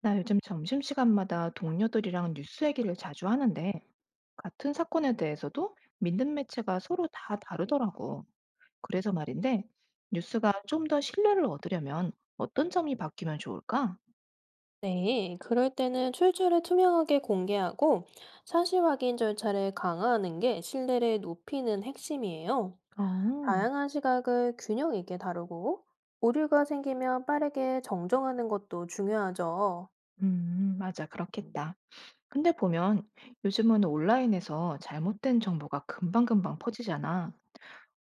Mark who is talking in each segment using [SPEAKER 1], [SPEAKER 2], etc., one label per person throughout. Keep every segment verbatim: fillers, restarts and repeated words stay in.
[SPEAKER 1] 나 요즘 점심시간마다 동료들이랑 뉴스 얘기를 자주 하는데, 같은 사건에 대해서도 믿는 매체가 서로 다 다르더라고. 그래서 말인데, 뉴스가 좀 더 신뢰를 얻으려면 어떤 점이 바뀌면 좋을까?
[SPEAKER 2] 네, 그럴 때는 출처를 투명하게 공개하고 사실 확인 절차를 강화하는 게 신뢰를 높이는 핵심이에요.
[SPEAKER 1] 어.
[SPEAKER 2] 다양한 시각을 균형 있게 다루고 오류가 생기면 빠르게 정정하는 것도 중요하죠.
[SPEAKER 1] 음, 맞아. 그렇겠다. 근데 보면 요즘은 온라인에서 잘못된 정보가 금방금방 퍼지잖아.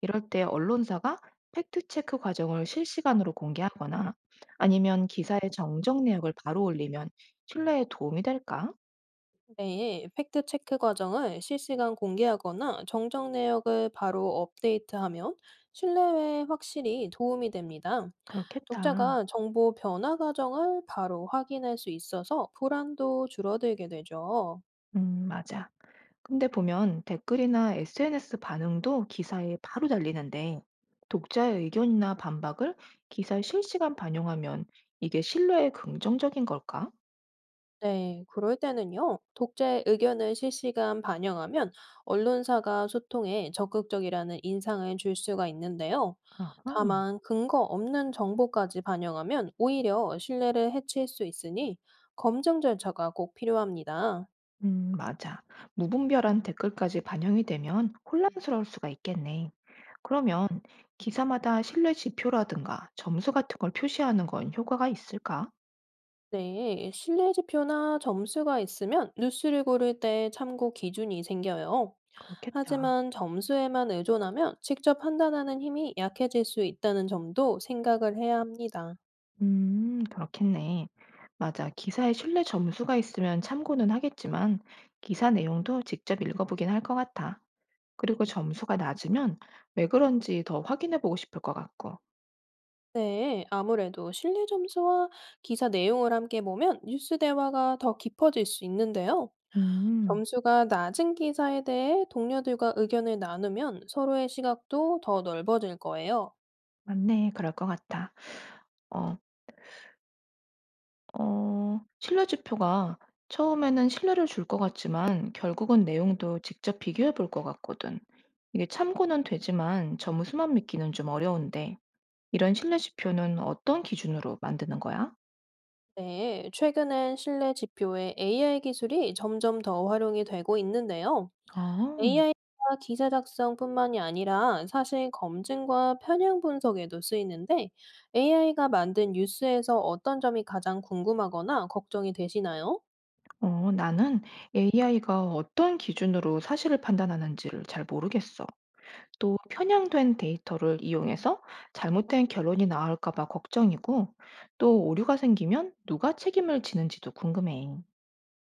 [SPEAKER 1] 이럴 때 언론사가 팩트체크 과정을 실시간으로 공개하거나 아니면 기사의 정정 내역을 바로 올리면 신뢰에 도움이 될까?
[SPEAKER 2] 네, 팩트 체크 과정을 실시간 공개하거나 정정 내역을 바로 업데이트하면 신뢰에 확실히 도움이 됩니다.
[SPEAKER 1] 그렇겠다.
[SPEAKER 2] 독자가 정보 변화 과정을 바로 확인할 수 있어서 불안도 줄어들게 되죠.
[SPEAKER 1] 음, 맞아. 근데 보면 댓글이나 에스엔에스 반응도 기사에 바로 달리는데 독자의 의견이나 반박을 기사에 실시간 반영하면 이게 신뢰에 긍정적인 걸까?
[SPEAKER 2] 네, 그럴 때는요, 독자의 의견을 실시간 반영하면 언론사가 소통에 적극적이라는 인상을 줄 수가 있는데요.
[SPEAKER 1] 아하.
[SPEAKER 2] 다만, 근거 없는 정보까지 반영하면 오히려 신뢰를 해칠 수 있으니 검증 절차가 꼭 필요합니다.
[SPEAKER 1] 음, 맞아. 무분별한 댓글까지 반영이 되면 혼란스러울 수가 있겠네. 그러면 기사마다 신뢰 지표라든가 점수 같은 걸 표시하는 건 효과가 있을까?
[SPEAKER 2] 네, 신뢰 지표나 점수가 있으면 뉴스를 고를 때 참고 기준이 생겨요.
[SPEAKER 1] 그렇겠다.
[SPEAKER 2] 하지만 점수에만 의존하면 직접 판단하는 힘이 약해질 수 있다는 점도 생각을 해야 합니다.
[SPEAKER 1] 음, 그렇겠네. 맞아. 기사에 신뢰 점수가 있으면 참고는 하겠지만, 기사 내용도 직접 읽어보긴 할 것 같아. 그리고 점수가 낮으면 왜 그런지 더 확인해보고 싶을 것 같고.
[SPEAKER 2] 네, 아무래도 신뢰 점수와 기사 내용을 함께 보면 뉴스 대화가 더 깊어질 수 있는데요.
[SPEAKER 1] 음,
[SPEAKER 2] 점수가 낮은 기사에 대해 동료들과 의견을 나누면 서로의 시각도 더 넓어질 거예요.
[SPEAKER 1] 맞네. 그럴 것 같아. 어, 어, 신뢰지표가 처음에는 신뢰를 줄 것 같지만 결국은 내용도 직접 비교해 볼 것 같거든. 이게 참고는 되지만 점수만 믿기는 좀 어려운데 이런 신뢰지표는 어떤 기준으로 만드는 거야?
[SPEAKER 2] 네, 최근엔 신뢰 지표에 에이아이 기술이 점점 더 활용이 되고 있는데요.
[SPEAKER 1] 어,
[SPEAKER 2] 에이아이가 기사 작성뿐만이 아니라 사실 검증과 편향 분석에도 쓰이는데 에이아이가 만든 뉴스에서 어떤 점이 가장 궁금하거나 걱정이 되시나요?
[SPEAKER 1] 어, 나는 에이아이가 어떤 기준으로 사실을 판단하는지를 잘 모르겠어. 또 편향된 데이터를 이용해서 잘못된 결론이 나올까 봐 걱정이고 또 오류가 생기면 누가 책임을 지는지도 궁금해.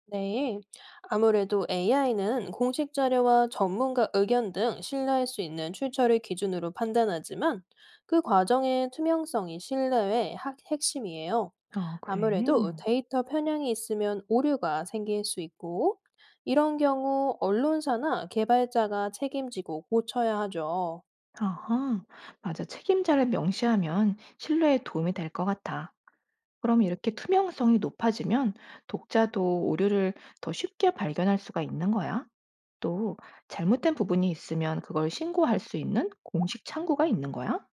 [SPEAKER 2] 네, 아무래도 에이아이는 공식 자료와 전문가 의견 등 신뢰할 수 있는 출처를 기준으로 판단하지만 그 과정의 투명성이 신뢰의 하- 핵심이에요.
[SPEAKER 1] 아 그래.
[SPEAKER 2] 아무래도 데이터 편향이 있으면 오류가 생길 수 있고 이런 경우 언론사나 개발자가 책임지고 고쳐야 하죠.
[SPEAKER 1] 아하. 맞아. 책임자를 명시하면 신뢰에 도움이 될 것 같아. 그럼 이렇게 투명성이 높아지면 독자도 오류를 더 쉽게 발견할 수가 있는 거야? 또 잘못된 부분이 있으면 그걸 신고할 수 있는 공식 창구가 있는 거야?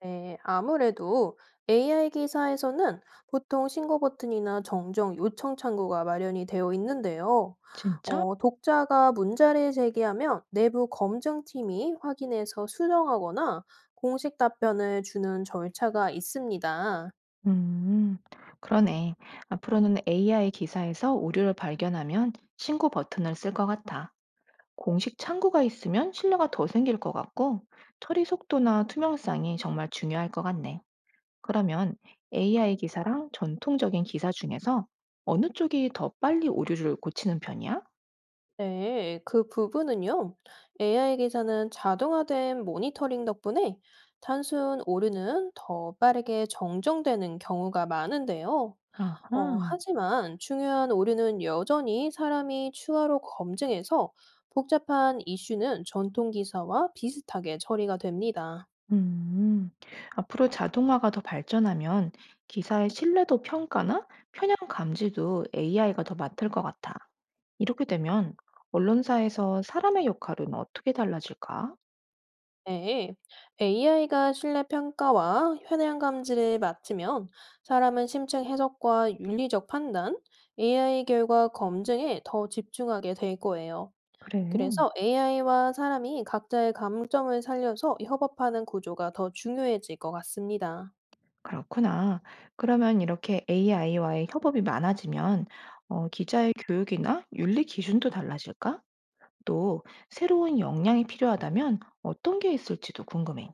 [SPEAKER 2] 네, 아무래도 에이아이 기사에서는 보통 신고 버튼이나 정정 요청 창구가 마련이 되어 있는데요.
[SPEAKER 1] 진짜?
[SPEAKER 2] 어, 독자가 문자를 제기하면 내부 검증팀이 확인해서 수정하거나 공식 답변을 주는 절차가 있습니다.
[SPEAKER 1] 음, 그러네. 앞으로는 에이아이 기사에서 오류를 발견하면 신고 버튼을 쓸 것 같아. 공식 창구가 있으면 신뢰가 더 생길 것 같고, 처리 속도나 투명성이 정말 중요할 것 같네. 그러면 에이아이 기사랑 전통적인 기사 중에서 어느 쪽이 더 빨리 오류를 고치는 편이야?
[SPEAKER 2] 네, 그 부분은요. 에이아이 기사는 자동화된 모니터링 덕분에 단순 오류는 더 빠르게 정정되는 경우가 많은데요. 어,
[SPEAKER 1] 아하.
[SPEAKER 2] 하지만 중요한 오류는 여전히 사람이 추가로 검증해서 복잡한 이슈는 전통 기사와 비슷하게 처리가 됩니다.
[SPEAKER 1] 음, 앞으로 자동화가 더 발전하면 기사의 신뢰도 평가나 편향 감지도 에이아이가 더 맡을 것 같아. 이렇게 되면 언론사에서 사람의 역할은 어떻게 달라질까?
[SPEAKER 2] 네, 에이아이가 신뢰 평가와 현장 감지를 맡으면 사람은 심층 해석과 윤리적 판단, 에이아이 결과 검증에 더 집중하게 될 거예요.
[SPEAKER 1] 그래.
[SPEAKER 2] 그래서 에이아이와 사람이 각자의 감점을 살려서 협업하는 구조가 더 중요해질 것 같습니다.
[SPEAKER 1] 그렇구나. 그러면 이렇게 에이아이와의 협업이 많아지면 어, 기자의 교육이나 윤리 기준도 달라질까? 또 새로운 역량이 필요하다면 어떤 게 있을지도 궁금해.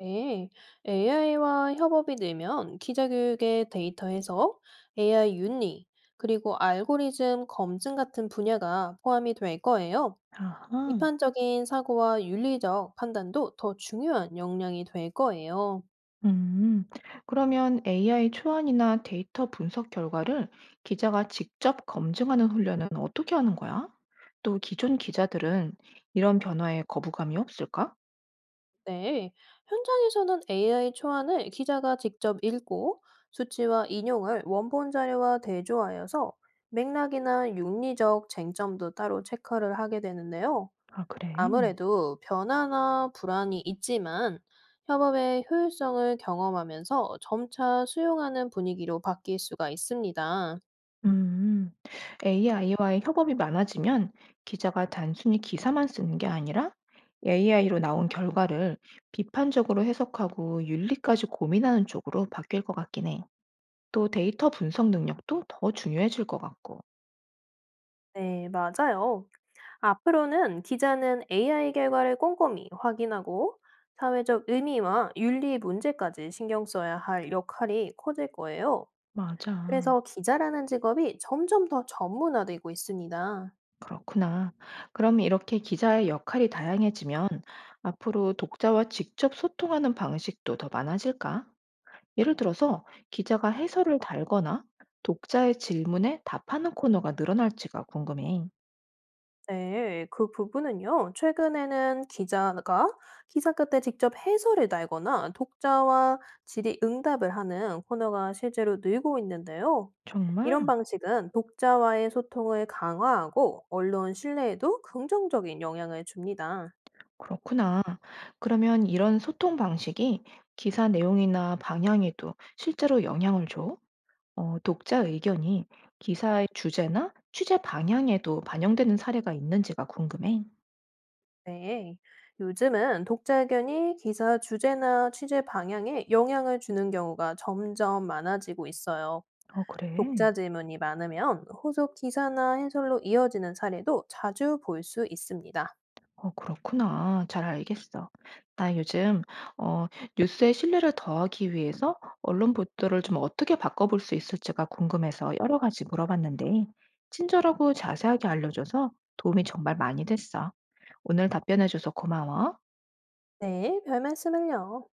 [SPEAKER 2] 네, 에이아이와 협업이 늘면 기자교육의 데이터 해석, 에이아이 윤리, 그리고 알고리즘 검증 같은 분야가 포함이 될 거예요.
[SPEAKER 1] 아하.
[SPEAKER 2] 비판적인 사고와 윤리적 판단도 더 중요한 역량이 될 거예요.
[SPEAKER 1] 음, 그러면 에이아이 초안이나 데이터 분석 결과를 기자가 직접 검증하는 훈련은 어떻게 하는 거야? 또 기존 기자들은 이런 변화에 거부감이 없을까?
[SPEAKER 2] 네. 현장에서는 에이아이 초안을 기자가 직접 읽고 수치와 인용을 원본 자료와 대조하여서 맥락이나 윤리적 쟁점도 따로 체크를 하게 되는데요.
[SPEAKER 1] 아, 그래.
[SPEAKER 2] 아무래도 변화나 불안이 있지만 협업의 효율성을 경험하면서 점차 수용하는 분위기로 바뀔 수가 있습니다.
[SPEAKER 1] 음, 에이아이와의 협업이 많아지면 기자가 단순히 기사만 쓰는 게 아니라 에이아이로 나온 결과를 비판적으로 해석하고 윤리까지 고민하는 쪽으로 바뀔 것 같긴 해. 또 데이터 분석 능력도 더 중요해질 것 같고.
[SPEAKER 2] 네, 맞아요. 앞으로는 기자는 에이아이 결과를 꼼꼼히 확인하고 사회적 의미와 윤리 문제까지 신경 써야 할 역할이 커질 거예요.
[SPEAKER 1] 맞아.
[SPEAKER 2] 그래서 기자라는 직업이 점점 더 전문화되고 있습니다.
[SPEAKER 1] 그렇구나. 그럼 이렇게 기자의 역할이 다양해지면 앞으로 독자와 직접 소통하는 방식도 더 많아질까? 예를 들어서 기자가 해설을 달거나 독자의 질문에 답하는 코너가 늘어날지가 궁금해.
[SPEAKER 2] 네, 그 부분은요. 최근에는 기자가 기사 끝에 직접 해설을 달거나 독자와 질의 응답을 하는 코너가 실제로 늘고 있는데요.
[SPEAKER 1] 정말?
[SPEAKER 2] 이런 방식은 독자와의 소통을 강화하고 언론 신뢰에도 긍정적인 영향을 줍니다.
[SPEAKER 1] 그렇구나. 그러면 이런 소통 방식이 기사 내용이나 방향에도 실제로 영향을 줘? 어, 독자 의견이 기사의 주제나 취재 방향에도 반영되는 사례가 있는지가 궁금해.
[SPEAKER 2] 네. 요즘은 독자 의견이 기사 주제나 취재 방향에 영향을 주는 경우가 점점 많아지고 있어요.
[SPEAKER 1] 어, 그래.
[SPEAKER 2] 독자 질문이 많으면 후속 기사나 해설로 이어지는 사례도 자주 볼 수 있습니다.
[SPEAKER 1] 어 그렇구나. 잘 알겠어. 나 요즘 어 뉴스의 신뢰를 더하기 위해서 언론 보도를 좀 어떻게 바꿔볼 수 있을지가 궁금해서 여러 가지 물어봤는데, 친절하고 자세하게 알려줘서 도움이 정말 많이 됐어. 오늘 답변해줘서 고마워.
[SPEAKER 2] 네, 별 말씀을요.